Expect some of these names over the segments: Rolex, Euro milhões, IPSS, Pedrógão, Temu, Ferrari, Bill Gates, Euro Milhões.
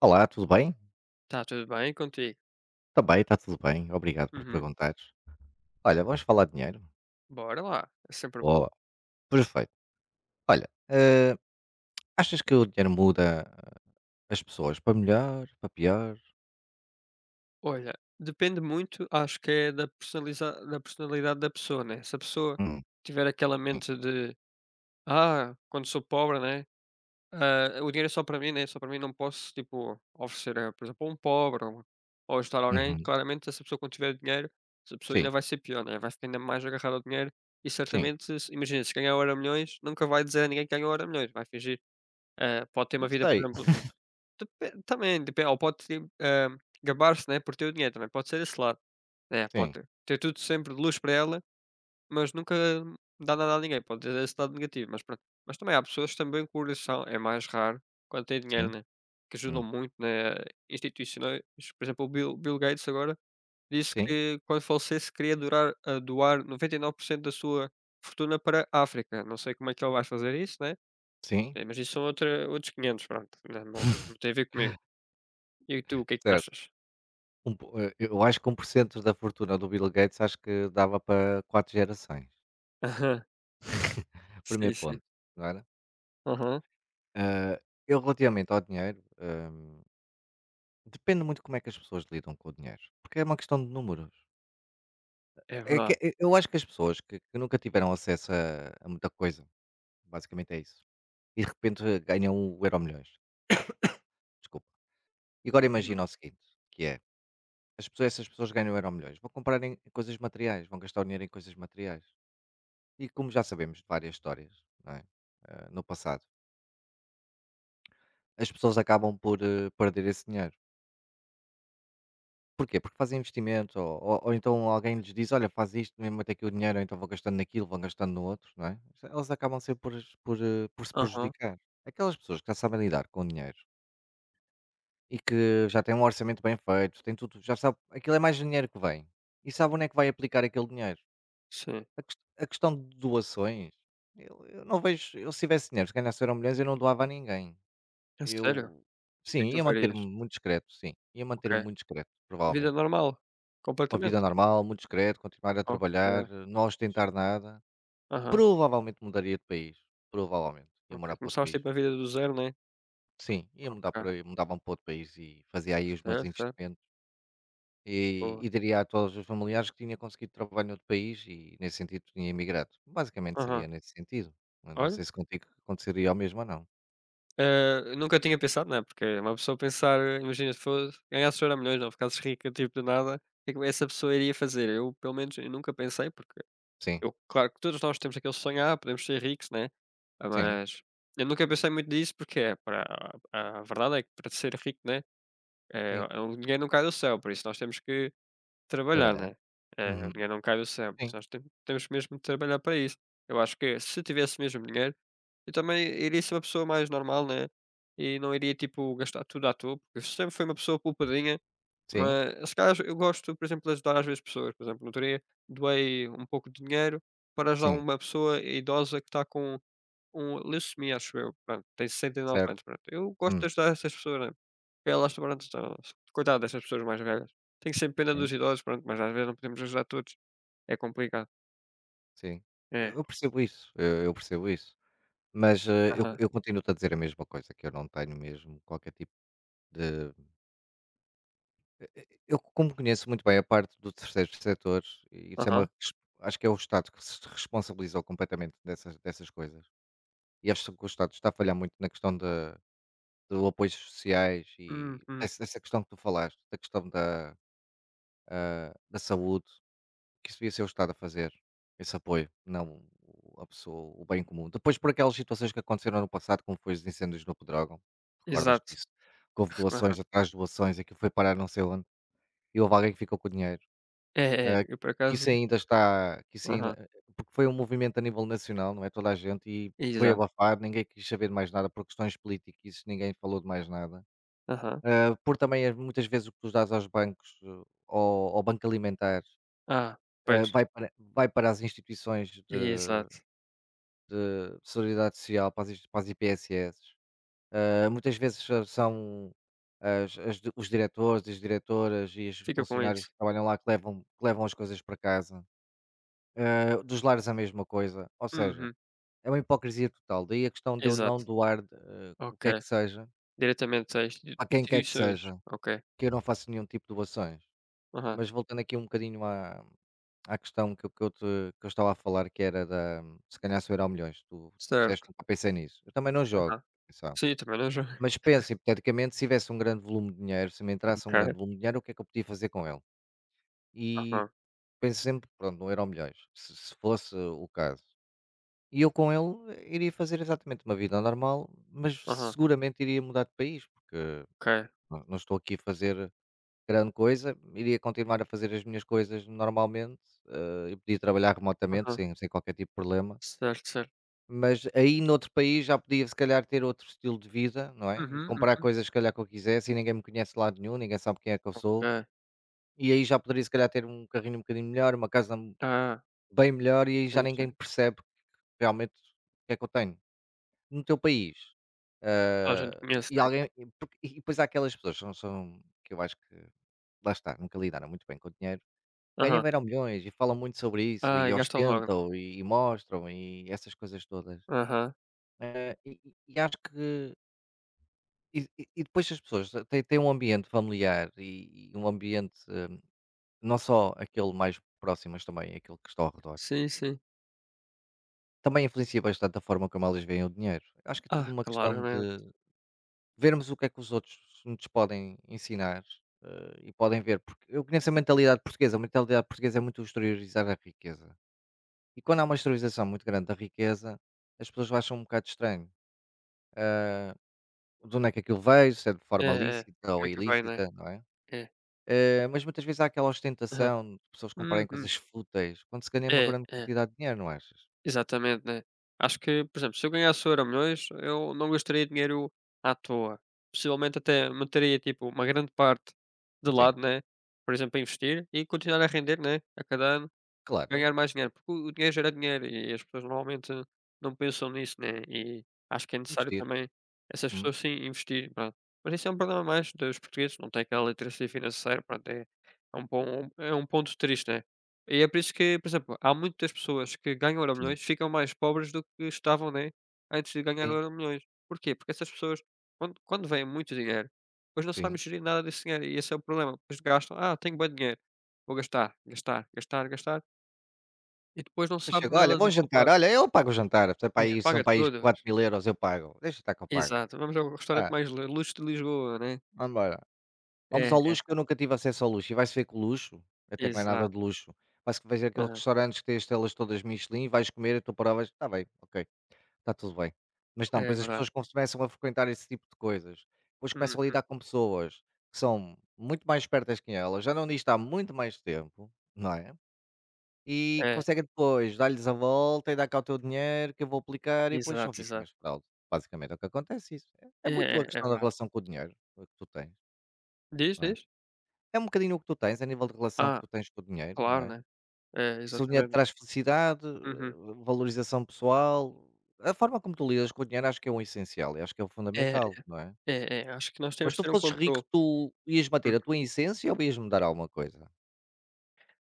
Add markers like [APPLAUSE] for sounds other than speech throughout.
Olá, tudo bem? Tá tudo bem contigo? Também, está tudo bem. Obrigado por Uhum. perguntares. Olha, vamos falar de dinheiro? Bora lá, é sempre bom. Boa, perfeito. Olha, achas que o dinheiro muda as pessoas para melhor, para pior? Olha, depende muito, acho que é da personaliza da personalidade da pessoa, né. Se a pessoa Hum, tiver aquela mente de: "Ah, quando sou pobre, né, ah, o dinheiro é só para mim, né, só para mim, não posso, tipo, oferecer a, por exemplo, a um pobre ou ajudar alguém", uhum. claramente essa pessoa, quando tiver dinheiro, essa pessoa Sim, ainda vai ser pior, né, vai ficar ainda mais agarrada ao dinheiro. E sim. certamente, se imagina, se ganhar hora milhões, nunca vai dizer a ninguém que ganhou hora milhões, vai fingir, ah, pode ter uma Não vida, por sei. exemplo. Depen Também, depende, ou pode se, gabar-se, né, por ter o dinheiro, também pode ser esse lado, né, pode Sim, ter tudo sempre de luxos para ela, mas nunca dá nada a ninguém, pode ter esse lado negativo, mas pronto. Mas também há pessoas também que o coração é mais raro quando tem dinheiro, sim, né, que ajudam hum, muito, né, institucionais. Por exemplo, o Bill Gates agora disse sim, que, quando falecesse, queria doar 99% da sua fortuna para a África. Não sei como é que ele vai fazer isso, né, sim, mas isso são outra outros 500, pronto, não tem a ver comigo. E tu, o que é que certo. achas? Eu acho que 1% da fortuna do Bill Gates acho que dava para quatro gerações. Aham, sim, Primeiro sim. ponto, não era? Aham, Eh, eu relativamente ao dinheiro, depende muito como é que as pessoas lidam com o dinheiro, porque é uma questão de números. é É que verdade. Eu acho que as pessoas que nunca tiveram acesso a muita coisa, basicamente é isso, e de repente ganham o Euro milhões, desculpa. E agora Uhum. imagina o seguinte, que é, as pessoas essas pessoas ganham o Euro milhões, vão comprar em coisas materiais, vão gastar o dinheiro em coisas materiais. E como já sabemos de várias histórias, não é, no passado, as pessoas acabam por perder esse dinheiro. Porquê? Porque fazem investimento, ou então alguém lhes diz: "Olha, faz isto, mesmo até aqui o dinheiro", ou então vão gastando naquilo, vão gastando no outro, não é? Elas acabam sempre por por se Aham, prejudicar. Aquelas pessoas que já sabem lidar com o dinheiro e que já têm um orçamento bem feito, têm tudo, já sabe aquilo é mais dinheiro que vem e sabem onde é que vai aplicar aquele dinheiro. sim. A questão de doações, eu não vejo, eu se tivesse dinheiro, se ganhasse Euromilhões, eu não doava a ninguém. É sério? O Eu que é Sim, que tu ia manter-me farias? muito discreto, sim, ia Ok. manter-me muito discreto, Vida provavelmente. normal, Uma vida completamente? normal, muito discreto, continuar a Ok, trabalhar, não ostentar nada. aham, Provavelmente mudaria de país, provavelmente. Ia ok. morar para outro Começaste, país. tipo, a vida do zero, né? Sim, ia mudar Ok, para mudava-me para outro país e fazia aí os meus certo, certo, investimentos. E, boa. e diria a todos os familiares que tinha conseguido trabalho noutro país e, nesse sentido, tinha emigrado. Basicamente seria Aham. nesse sentido. Eu não Olha, sei se contigo aconteceria ao mesmo ou não. Nunca tinha pensado, né, porque uma pessoa pensar, eh, imagina, se fosse ganhasses Euro Milhões, não ficasses rica, tipo, do nada, o que é que essa pessoa iria fazer? Eu, pelo menos, eu nunca pensei porque... Sim, Eu, claro que todos nós temos aquele sonhar, podemos ser ricos, né, ah, sim, mas eu nunca pensei muito nisso, porque é para a verdade é que, para ser rico, né, eh, sim. o dinheiro não cai do céu, por isso nós temos que trabalhar, Trabalhar. né, o Uhum. dinheiro não cai do céu, por Sim, isso nós temos mesmo de trabalhar para isso. Eu acho que, se tivesse mesmo dinheiro, eu também iria ser uma pessoa mais normal, né, e não iria, tipo, gastar tudo à toa, porque eu sempre fui uma pessoa poupadinha, sim, mas, se calhar, eu gosto, por exemplo, de ajudar, às vezes, pessoas. Por exemplo, no outro dia, doei um pouco de dinheiro para ajudar sim. uma pessoa idosa que está com um leucemia, acho eu, pronto, tem sessenta e nove Certo. anos, pronto. Eu gosto Hum, de ajudar essas pessoas, né, porque elas, pronto, estão... coitado dessas pessoas mais velhas. Tenho sempre pena Sim, dos idosos, pronto, mas às vezes não podemos ajudar todos. É complicado. sim. Eu É. eu percebo isso. Eu percebo isso. Mas, eu Aham. eu continuo-te a dizer a mesma coisa, que eu não tenho mesmo qualquer tipo de, eu como conheço muito bem a parte do terceiro setor, e isso é uma, Aham. res acho que é o Estado que se responsabilizou completamente dessas coisas, e acho que o Estado está a falhar muito na questão da do apoios sociais e Uhum. essa questão que tu falaste, da questão da saúde. Que isso devia ser o Estado a fazer, esse apoio, não o a pessoa, o bem comum. Depois por aquelas situações que aconteceram no passado, como foi os incêndios no Pedrógão, recordas-te Exato. disso? Que houve Aham. doações atrás de doações, aquilo foi parar não sei onde, e houve alguém que ficou com o dinheiro. É, é. Ah, Eu, por que acaso, isso ainda está que isso ainda aham. eh, porque foi um movimento a nível nacional, não é, toda a gente, e foi Exato. abafado, ninguém quis saber de mais nada por questões políticas, ninguém falou de mais nada. Aham. Ah, por também, muitas vezes o que tu dás aos bancos, ao banco alimentar, Ah, pois. Vai para as instituições de Exato. de solidariedade social, para as inst para as IPSS. Muitas vezes s são as as di os diretores, as diretoras e os Fica com funcionários isso. que trabalham lá que levam, as coisas para casa. Dos lares a mesma coisa, ou seja, Uhum. é uma hipocrisia total. Daí a questão de eu não Exato, doar, o ok. que é que seja, Diretamente a insti a quem quer que instituições, seja, ok. que eu não faço nenhum tipo de doações. Aham, Mas voltando aqui um bocadinho à questão que eu estava a falar, que era da se ganhar se ao milhões, tu disseste, certo, nunca pensei nisso. Eu também não jogo, aham. atenção. Sim, também não já... Mas penso, hipoteticamente, se tivesse um grande volume de dinheiro, se me entrasse um ok, grande volume de dinheiro, o que é que eu podia fazer com ele? E aham, penso sempre, pronto, não era milhões, se fosse o caso. E eu com ele, iria fazer exatamente uma vida normal, mas aham, seguramente iria mudar de país, porque ok, não estou aqui a fazer grande coisa, iria continuar a fazer as minhas coisas normalmente, e podia trabalhar remotamente aham, sem qualquer tipo de problema, certo, certo. mas aí noutro país já podia se calhar ter outro estilo de vida, não é, e Uhum, comprar uhum, coisas se calhar que eu quisesse e ninguém me conhece de lado nenhum, ninguém sabe quem é que eu sou, ok. e aí já poderia se calhar ter um carrinho um bocadinho melhor, uma casa Ah, bem melhor, e aí já sim, sim, ninguém percebe realmente o que é que eu tenho. No teu país, toda a eh, gente conhece, e né. alguém e porque e depois há aquelas pessoas, são são que eu acho que, lá está, nunca lidaram muito bem com o dinheiro. Ganham Aham. bem ao milhões e falam muito sobre isso e Ai, gastam logo, né? ostentam e mostram e essas coisas todas. Aham, Acho que, depois, as pessoas têm um ambiente familiar e um ambiente, não só aquele mais próximo, mas também aquele que está ao redor. sim, sim. Também influencia bastante a forma como elas veem o dinheiro. Acho que é tudo Ah, uma claro, questão né. de vermos o que é que os outros nos podem ensinar, e podem ver, porque eu conheço a mentalidade portuguesa é muito exteriorizar a riqueza. E quando há uma exteriorização muito grande da riqueza, as pessoas acham um bocado estranho. Ah, de onde é que aquilo veio, se é de É, forma é, lícita como ou é que vai, né. ilícita, não é? É, Ah, mas muitas vezes há aquela aham. ostentação de pessoas comprarem Uhum, coisas fúteis quando se ganha uma é, grande é. quantidade de dinheiro, não achas? Exatamente, né. Acho que, por exemplo, se eu ganhasse o Euro milhões, eu não gastaria dinheiro à toa. Possivelmente, até meteria, tipo, uma grande parte de Sim, lado, né, por exemplo, a investir, e continuar a render, né, a cada ano. claro, Ganhar mais dinheiro, porque o dinheiro gera dinheiro, e as pessoas normalmente não pensam nisso, né, e acho que é necessário investir. também... essas Hum, pessoas, sim, investir, pronto. Mas isso é um problema mais dos portugueses, não têm aquela literacia financeira, pronto, é é um pon é um ponto triste, né. E é por isso que, por exemplo, há muitas pessoas que ganham euro sim, milhões, ficam mais pobres do que estavam, né, antes de ganhar o sim, euro milhões. Porquê? Porque essas pessoas, quando vem muito dinheiro, depois não sim. sabem gerir nada desse dinheiro, e esse é o problema. Depois gastam: "Ah, tenho bué dinheiro, vou gastar, gastar, gastar, gastar". E depois não Depois sabe chego, olha, nada vou de jantar, poupar. olha, eu pago o jantar. Se é para É, aí, são paga para aí tudo. 4 mil euros, eu pago. Deixa estar que eu pago. Exato, vamos ao restaurante Ah, mais lu luxo de Lisboa, né. vamos embora. Vamos É, ao luxo, que eu nunca tive acesso ao luxo, e vais ver que o luxo até não é nada exato. de luxo, parece que vais aqueles Aham. restaurantes que têm as estrelas todas Michelin, vais comer e tu provas, está bem, ok, está tudo bem. Mas não, É pois as verdade. pessoas começam a frequentar esse tipo de coisas, depois começam a Uhum. lidar com pessoas que são muito mais espertas que elas, já não nisto há muito mais tempo, não é? E É, conseguem depois dar-lhes a volta e dar cá o teu dinheiro que eu vou aplicar, e depois são exato, vítimas exato. de fraude. Basicamente é o que acontece isso. É É, muito a é, é questão da verdade. relação com o dinheiro que tu tens, Diz, não é? diz. É um bocadinho o que tu tens, a nível de relação que Ah, tu tens com o dinheiro, não claro, é? né. É, Se o dinheiro te exatamente. traz felicidade, Uhum. Valorização pessoal, a forma como tu lidas com o dinheiro acho que é um essencial e acho que é o É, fundamental, não é? é, é, é, acho que nós Mas temos se de tu ter um fosses rico, controle. tu ias manter a tua essência ou ias mudar alguma coisa?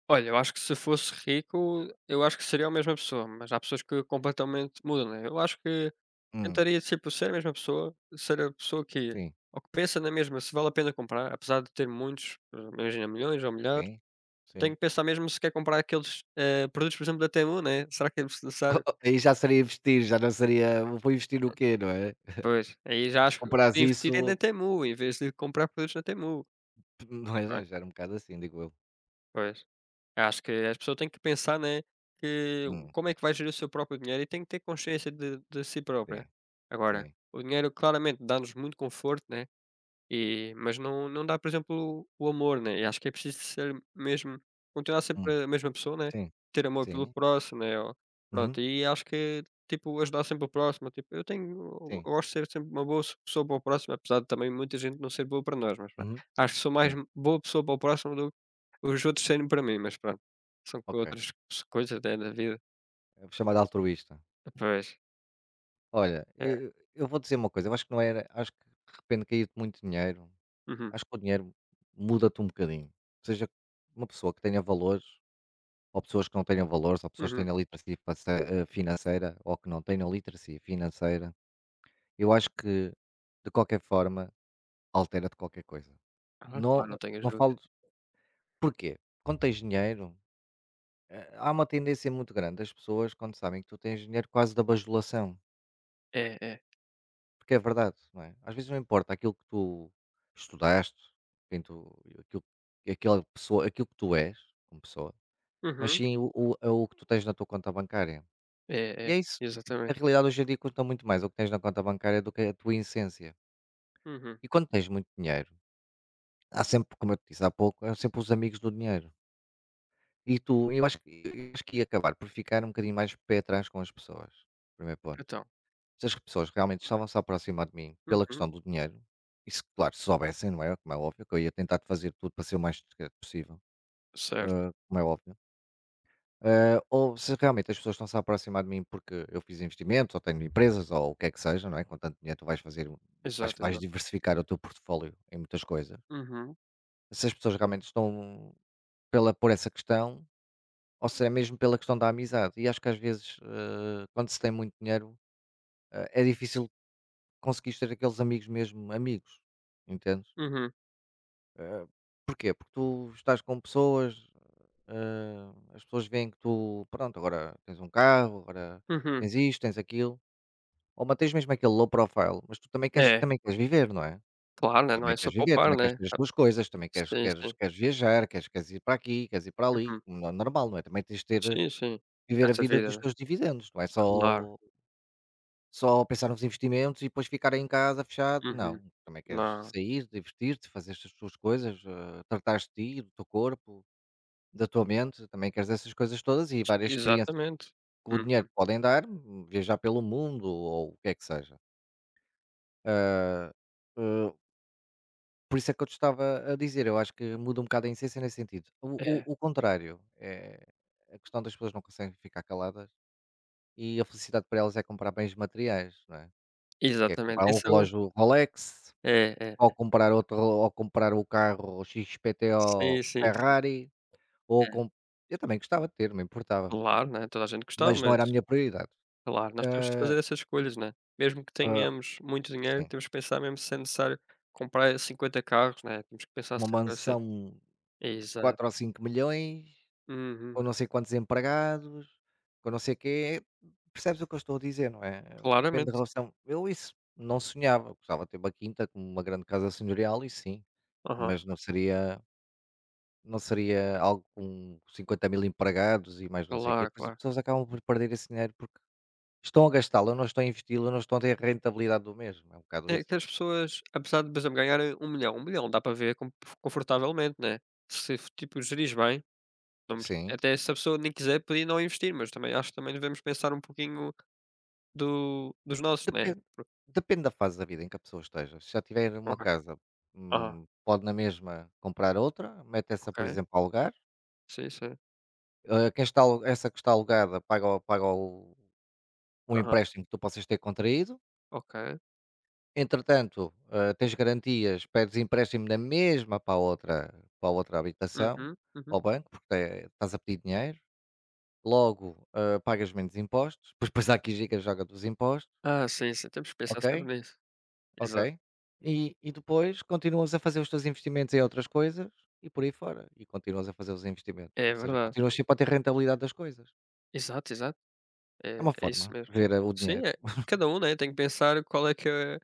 Olha, eu acho que, se fosse rico, eu acho que seria a mesma pessoa, mas há pessoas que completamente mudam, né? Eu acho que Hum, tentaria, tipo, ser a mesma pessoa, ser a pessoa que, sim, ou que pensa na mesma, se vale a pena comprar, apesar de ter muitos, eh, imagina, milhões ou milhares, sim, tenho sim. que pensar mesmo se quer comprar aqueles produtos, por exemplo, da Temu, né? Será que é necessário? [LAUGHS] Aí já seria investir, já não seria vou investir o quê, não é? Pois, aí já acho que Compras podia investir é na isso, Temu, em vez de comprar produtos na Temu, [LAUGHS] não é? não é? Já era um bocado assim, digo eu. Pois. Acho que as pessoas têm que pensar, né, que... Hum, como é que vai gerir o seu próprio dinheiro, e tem que ter consciência de si própria. sim, Agora, sim, o dinheiro claramente dá-nos muito conforto, né? E, mas não, não dá, por exemplo, o amor, né, e acho que é preciso ser mesmo, continuar hum, sempre a mesma pessoa, né, sim, ter amor pelo sim, próximo, né, ou, pronto, uhum, e acho que, tipo, ajudar sempre o próximo. Tipo, eu sim, gosto de ser sempre uma boa s pessoa para o próximo, apesar de também muita gente não ser boa para nós, mas pronto. uhum, Acho que sou mais sim, boa pessoa para o próximo do que os outros serem para mim, mas pronto, são com ok. outras s coisas, né, da vida. É chamado altruísta. Pois, Olha, é. eu vou dizer uma coisa, eu acho que, não era acho que de repente caiu-te muito dinheiro, Uhum, acho que o dinheiro muda-te um bocadinho. Seja uma pessoa que tenha valores, ou pessoas que não tenham valores, ou pessoas que uhum. tenham literacia, financeira, ou que não tenham literacia financeira, eu acho que, de qualquer forma, altera-te qualquer coisa. Ah, claro, não Não tenho não falo dúvida. de-, porquê? Quando tens dinheiro, há uma tendência muito grande das pessoas, quando sabem que tu tens dinheiro, quase da bajulação. É, é. Porque é verdade, não é? Às vezes não importa aquilo que tu estudaste, quem tu, aquilo, aquela pessoa, aquilo que tu és como pessoa, mas Uhum. sim é o que tu tens na tua conta bancária. É, E é é, isso. Na exatamente. realidade, hoje em dia, conta muito mais o que tens na conta bancária do que a tua essência. Uhum. E quando tens muito dinheiro, há sempre, como eu te disse há pouco, há sempre os amigos do dinheiro. E tu, eu acho que ia acabar por ficar um bocadinho mais pé atrás com as pessoas. Primeiro ponto. Então... Se as pessoas realmente estavam-se a aproximar de mim pela Uhum. questão do dinheiro, e se, claro, se soubessem, não é? Como é óbvio, que eu ia tentar de fazer tudo para ser o mais discreto possível, Certo. Como é óbvio. Ou se realmente as pessoas estão-se a aproximar de mim porque eu fiz investimentos, ou tenho empresas, ou o que é que seja, não é? Com tanto dinheiro tu vais Exato, exato. diversificar o teu portfólio em muitas coisas. Uhum. Se as pessoas realmente estão por essa questão, ou se é mesmo pela questão da amizade. E acho que às vezes, quando se tem muito dinheiro, é difícil conseguiste ter aqueles amigos mesmo amigos, entendes? Uhum. Eh, Porquê? Porque tu estás com pessoas, as pessoas veem que tu, pronto, agora tens um carro, agora Uhum. tens isto, tens aquilo, ou mantens mesmo aquele low profile, mas tu É, também queres viver, não é? claro, né, não Também é só queres viver, poupar, também queres né. ter as Ah, tuas coisas, também queres, sim, queres, sim. queres viajar, queres ir para aqui, queres ir para ali, Uhum. como é normal, não é? Também tens de ter, Sim, sim. viver a Essa vida vida, dos né. teus dividendos, não é Claro. só pensar nos investimentos e depois ficar em casa fechado, Uhum. não. Também queres Não. sair, divertir-te, fazer estas tuas coisas, tratares de ti, do teu corpo, da tua mente, também queres essas coisas todas e várias experiências Exatamente. que o Hum. dinheiro te podem dar, viajar pelo mundo ou o que é que seja. Eh, por isso é que eu te estava a dizer, eu acho que muda um bocado a essência nesse sentido. O, É, o- o contrário, é a questão das pessoas não conseguem ficar caladas e a felicidade para elas é comprar bens materiais, não é? Que é comprar exatamente, um isso é o... relógio Rolex, é, ou é. comprar outro ou comprar o carro XPTO Sim, sim, sim. Ferrari, ou É. com eu também gostava de ter, não me importava, Claro, né, toda a gente gostava, mas não mas era a minha prioridade. claro, nós temos que Hã, fazer essas escolhas, né. Mesmo que hã, tenhamos muito dinheiro, sim, temos que pensar mesmo se é necessário comprar 50 carros, né, temos que pensar uma sempre assim. mansão de Exato. 4 ou 5 milhões Uhum. com não sei quantos empregados, com não sei quê, percebes o que eu estou a dizer, não é? Depende da Claramente. relação. Eu isso não sonhava, gostava de ter uma quinta com uma grande casa senhorial, e sim, Aham. mas não seria algo com 50 mil empregados e mais não sei o quê, Claro, pois as claro. pessoas acabam por perder esse dinheiro porque estão a gastá-lo, não estão a investi-lo, não estão a ter a rentabilidade do mesmo, é um bocado É isso. que as pessoas, apesar de, por exemplo, ganharem um milhão dá para ver com... confortavelmente, né? Se, tipo, gerires bem, não, Sim, até se a pessoa nem quiser podia não investir, mas também acho que também devemos pensar um pouquinho do dos nossos, né? depende depende da fase da vida em que a pessoa esteja. Se já tiver uma Ok, casa, ah, pode na mesma comprar outra, mete essa, por ok. exemplo, a alugar. Sim, sim. Ah, quem está alu essa que está alugada paga o paga o um Aham. empréstimo que tu possas ter contraído. Ok. Entretanto, tens garantias, pedes empréstimo da mesma para a outra habitação, Uhum, uhum. ao banco, porque estás a pedir dinheiro, logo pagas menos impostos, [LAUGHS] depois há aqui giga joga dos impostos, Ah, sim, sim, temos que pensar sempre ok? nisso. Exato. Ok. E depois continuas a fazer os teus investimentos em outras coisas e por aí fora. E continuas a fazer os investimentos. Ou É seja, verdade. continuas sempre a ter rentabilidade das coisas. Exato, exato. É É, uma é forma isso mesmo. de ver o Sim, dinheiro. é [LAUGHS] cada um, né, tem que pensar qual é que é a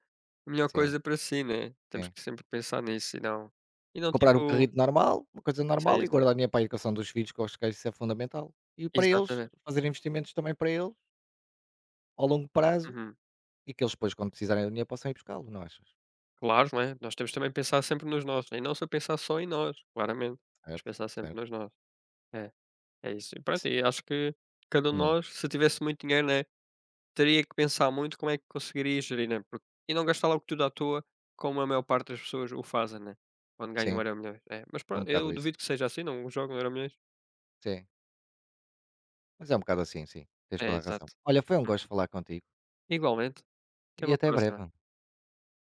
melhor Sim, coisa para si, né. Temos sim. que sempre pensar nisso e não, e não, Comprar um tipo... carrito normal, uma coisa normal sim, e guardar dinheiro para a educação dos filhos, que eu acho que isso é fundamental. E para eles, exatamente. fazer investimentos também para eles, ao longo prazo, Uhum. e que eles depois, quando precisarem do dinheiro, possam ir buscá-lo, não achas? Claro, né, nós temos também que pensar sempre nos nossos, né? E não só pensar só em nós, claramente, mas Certo, pensar sempre certo. nos nossos. É, é isso. E pronto, S e acho que cada um de hum, nós, se tivesse muito dinheiro, né, teria que pensar muito como é que conseguiria gerir, né, porque... e não gastar logo tudo à toa, como a maior parte das pessoas o fazem, né, quando ganham um sim, Euromilhões, é. Mas é um pronto, bocado eu isso. duvido que seja assim, não jogam Euromilhões. Sim, mas é um bocado assim, sim, tens É, toda a exato. razão. Olha, foi um gosto Uhum. falar contigo Igualmente, até e uma até próxima. breve.